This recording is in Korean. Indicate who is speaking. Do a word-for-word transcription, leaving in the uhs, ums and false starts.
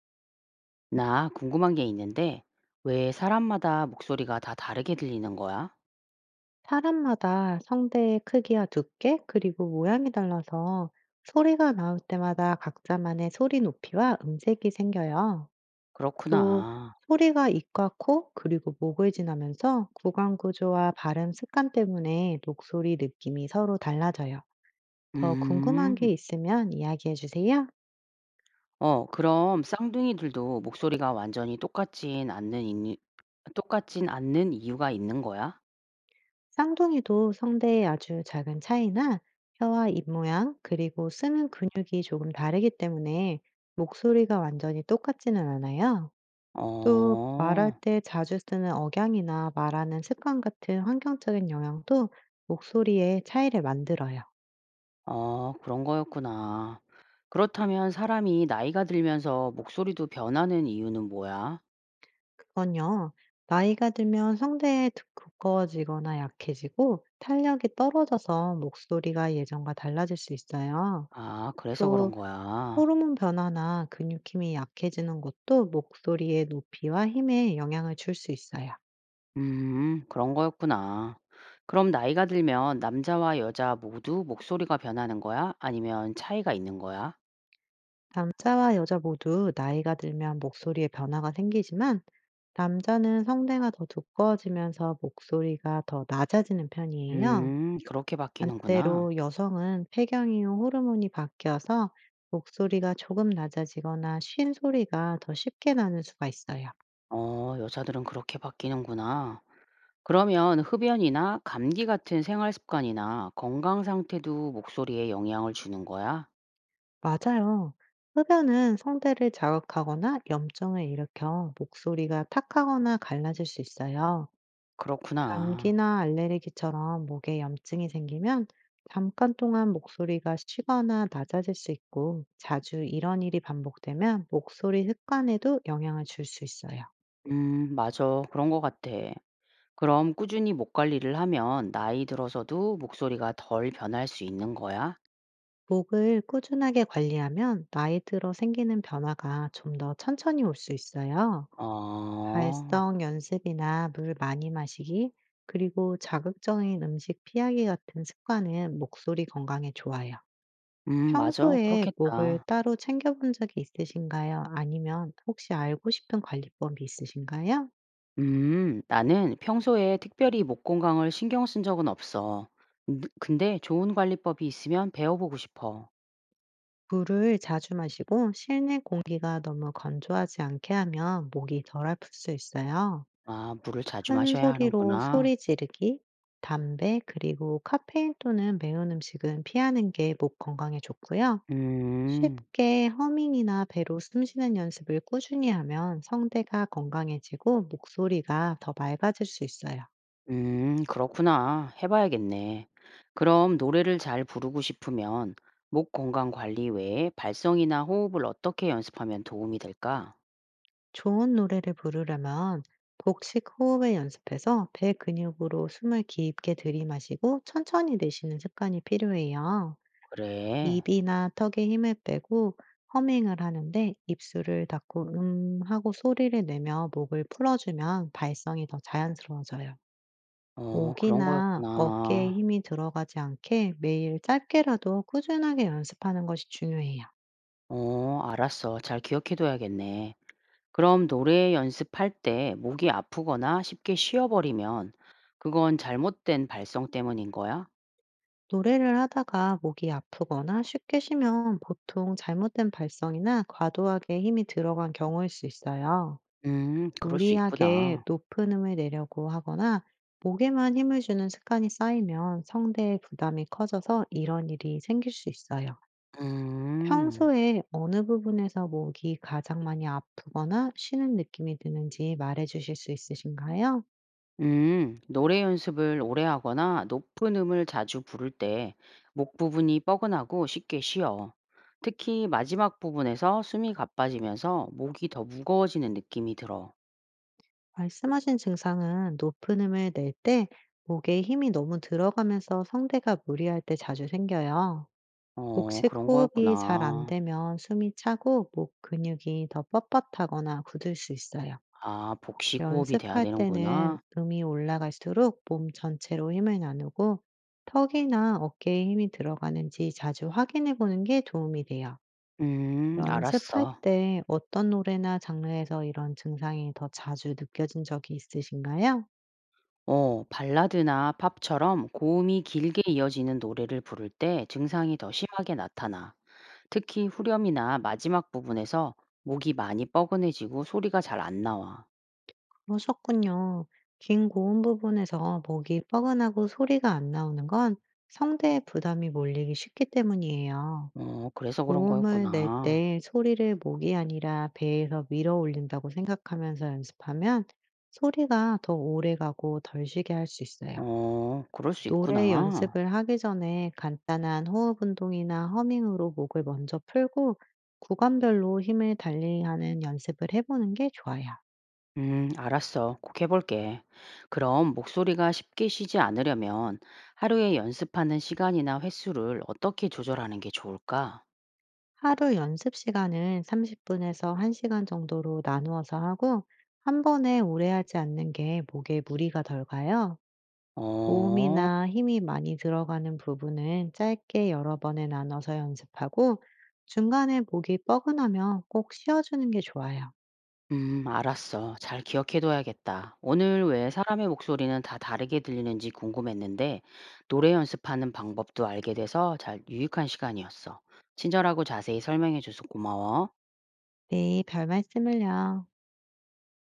Speaker 1: 나 궁금한 게 있는데, 왜 사람마다 목소리가 다 다르게 들리는 거야?
Speaker 2: 사람마다 성대의 크기와 두께, 그리고 모양이 달라서 소리가 나올 때마다 각자만의 소리 높이와 음색이 생겨요. 또
Speaker 1: 그렇구나.
Speaker 2: 소리가 입과 코, 그리고 목을 지나면서 구강 구조와 발음 습관 때문에 목소리 느낌이 서로 달라져요. 더 궁금한 게
Speaker 1: 음,
Speaker 2: 있으면 이야기해 주세요.
Speaker 1: 어, 그럼 쌍둥이들도 목소리가 완전히 똑같진 않는, 이유- 똑같진 않는 이유가 있는 거야?
Speaker 2: 쌍둥이도 성대의 아주 작은 차이나 혀와 입 모양, 그리고 쓰는 근육이 조금 다르기 때문에 목소리가 완전히 똑같지는 않아요. 또 말할
Speaker 1: 어,
Speaker 2: 때 자주 쓰는 억양이나 말하는 습관 같은 환경적인 영향도 목소리의 차이를 만들어요.
Speaker 1: 어, 그런 거였구나. 그렇다면 사람이 나이가 들면서 목소리도 변하는 이유는 뭐야?
Speaker 2: 그건요, 나이가 들면 성대에 두- 두꺼워지거나 약해지고 탄력이 떨어져서 목소리가 예전과 달라질 수 있어요.
Speaker 1: 아, 그래서 그런
Speaker 2: 또
Speaker 1: 거야.
Speaker 2: 호르몬 변화나 근육 힘이 약해지는 것도 목소리의 높이와 힘에 영향을 줄 수 있어요.
Speaker 1: 음, 그런 거였구나. 그럼 나이가 들면 남자와 여자 모두 목소리가 변하는 거야? 아니면 차이가 있는 거야?
Speaker 2: 남자와 여자 모두 나이가 들면 목소리에 변화가 생기지만 남자는 성대가 더 두꺼워지면서 목소리가 더 낮아지는 편이에요.
Speaker 1: 음, 그렇게 바뀌는구나.
Speaker 2: 반대로 여성은 폐경이후 호르몬이 바뀌어서 목소리가 조금 낮아지거나 쉰 소리가 더 쉽게 나는 수가 있어요.
Speaker 1: 어, 여자들은 그렇게 바뀌는구나. 그러면 흡연이나 감기 같은 생활 습관이나 건강 상태도 목소리에 영향을 주는 거야?
Speaker 2: 맞아요. 흡연은 성대를 자극하거나 염증을 일으켜 목소리가 탁하거나 갈라질 수 있어요.
Speaker 1: 그렇구나.
Speaker 2: 감기나 알레르기처럼 목에 염증이 생기면 잠깐 동안 목소리가 쉬거나 낮아질 수 있고, 자주 이런 일이 반복되면 목소리 습관에도 영향을 줄 수 있어요.
Speaker 1: 음, 맞아. 그런 거 같아. 그럼 꾸준히 목 관리를 하면 나이 들어서도 목소리가 덜 변할 수 있는 거야?
Speaker 2: 목을 꾸준하게 관리하면 나이 들어 생기는 변화가 좀 더 천천히 올 수 있어요.
Speaker 1: 어.
Speaker 2: 발성 연습이나 물 많이 마시기, 그리고 자극적인 음식 피하기 같은 습관은 목소리 건강에 좋아요.
Speaker 1: 음 맞아.
Speaker 2: 평소에 목을
Speaker 1: 그렇겠다.
Speaker 2: 따로 챙겨본 적이 있으신가요? 아니면 혹시 알고 싶은 관리법이 있으신가요?
Speaker 1: 음 나는 평소에 특별히 목 건강을 신경 쓴 적은 없어. 근 근데 좋은 관리법이 있으면 배워보고 싶어.
Speaker 2: 물을 자주 마시고 실내 공기가 너무 건조하지 않게 하면 목이 덜 아플 수 있어요.
Speaker 1: 아, 물을 자주
Speaker 2: 큰
Speaker 1: 마셔야
Speaker 2: 소리로
Speaker 1: 하는구나.
Speaker 2: 소리 지르기, 담배, 그리고 카페인 또는 매운 음식은 피하는 게 목 건강에 좋고요.
Speaker 1: 음.
Speaker 2: 쉽게 허밍이나 배로 숨 쉬는 연습을 꾸준히 하면 성대가 건강해지고 목소리가 더 맑아질 수 있어요.
Speaker 1: 음, 그렇구나. 해 봐야겠네. 그럼 노래를 잘 부르고 싶으면 목 건강 관리 외에 발성이나 호흡을 어떻게 연습하면 도움이 될까?
Speaker 2: 좋은 노래를 부르려면 복식 호흡을 연습해서 배 근육으로 숨을 깊게 들이마시고 천천히 내쉬는 습관이 필요해요.
Speaker 1: 그래.
Speaker 2: 입이나 턱에 힘을 빼고 허밍을 하는데, 입술을 닫고 음 하고 소리를 내며 목을 풀어주면 발성이 더 자연스러워져요.
Speaker 1: 어, 그런
Speaker 2: 목이나 어깨에
Speaker 1: 거였구나.
Speaker 2: 힘이 들어가지 않게 매일 짧게라도 꾸준하게 연습하는 것이 중요해요.
Speaker 1: 어, 알았어. 잘 기억해 둬야겠네. 그럼 노래 연습할 때 목이 아프거나 쉽게 쉬어버리면 그건 잘못된 발성 때문인 거야?
Speaker 2: 노래를 하다가 목이 아프거나 쉽게 쉬면 보통 잘못된 발성이나 과도하게 힘이 들어간 경우일 수 있어요.
Speaker 1: 음, 그럴 수 있구나.
Speaker 2: 무리하게 높은 음을 내려고 하거나 목에만 힘을 주는 습관이 쌓이면 성대의 부담이 커져서 이런 일이 생길 수 있어요.
Speaker 1: 음,
Speaker 2: 평소에 어느 부분에서 목이 가장 많이 아프거나 쉬는 느낌이 드는지 말해 주실 수 있으신가요?
Speaker 1: 음, 노래 연습을 오래 하거나 높은 음을 자주 부를 때 목 부분이 뻐근하고 쉽게 쉬어. 특히 마지막 부분에서 숨이 가빠지면서 목이 더 무거워지는 느낌이 들어.
Speaker 2: 말씀하신 증상은 높은 음을 낼 때 목에 힘이 너무 들어가면서 성대가 무리할 때 자주 생겨요.
Speaker 1: 어,
Speaker 2: 복식
Speaker 1: 그런
Speaker 2: 호흡이 잘 안
Speaker 1: 거였구나.
Speaker 2: 되면 숨이 차고 목 근육이 더 뻣뻣하거나 굳을 수 있어요.
Speaker 1: 아, 복식 호흡이 돼야
Speaker 2: 연습할 때는
Speaker 1: 되는구나.
Speaker 2: 음이 올라갈수록 몸 전체로 힘을 나누고, 턱이나 어깨에 힘이 들어가는지 자주 확인해 보는 게 도움이 돼요.
Speaker 1: 음,
Speaker 2: 연습할
Speaker 1: 알았어.
Speaker 2: 때 어떤 노래나 장르에서 이런 증상이 더 자주 느껴진 적이 있으신가요?
Speaker 1: 어, 발라드나 팝처럼 고음이 길게 이어지는 노래를 부를 때 증상이 더 심하게 나타나. 특히 후렴이나 마지막 부분에서 목이 많이 뻐근해지고 소리가 잘 안 나와.
Speaker 2: 그러셨군요. 긴 고음 부분에서 목이 뻐근하고 소리가 안 나오는 건 성대에 부담이 몰리기 쉽기 때문이에요.
Speaker 1: 어, 그래서 그런
Speaker 2: 고음을 낼
Speaker 1: 거였구나.
Speaker 2: 때 소리를 목이 아니라 배에서 밀어 올린다고 생각하면서 연습하면 소리가 더 오래 가고 덜 쉬게 할 수 있어요.
Speaker 1: 어, 그럴 수
Speaker 2: 노래
Speaker 1: 있구나.
Speaker 2: 연습을 하기 전에 간단한 호흡 운동이나 허밍으로 목을 먼저 풀고, 구간별로 힘을 달리하는 연습을 해보는 게 좋아요.
Speaker 1: 음, 알았어. 꼭 해볼게. 그럼 목소리가 쉽게 쉬지 않으려면 하루에 연습하는 시간이나 횟수를 어떻게 조절하는 게 좋을까?
Speaker 2: 하루 연습 시간은 삼십 분에서 한 시간 정도로 나누어서 하고, 한 번에 오래 하지 않는 게 목에 무리가 덜 가요.
Speaker 1: 어.
Speaker 2: 모음이나 힘이 많이 들어가는 부분은 짧게 여러 번에 나눠서 연습하고, 중간에 목이 뻐근하면 꼭 쉬어주는 게 좋아요.
Speaker 1: 음, 알았어. 잘 기억해둬야겠다. 오늘 왜 사람의 목소리는 다 다르게 들리는지 궁금했는데, 노래 연습하는 방법도 알게 돼서 잘 유익한 시간이었어. 친절하고 자세히 설명해줘서 고마워.
Speaker 2: 네, 별 말씀을요.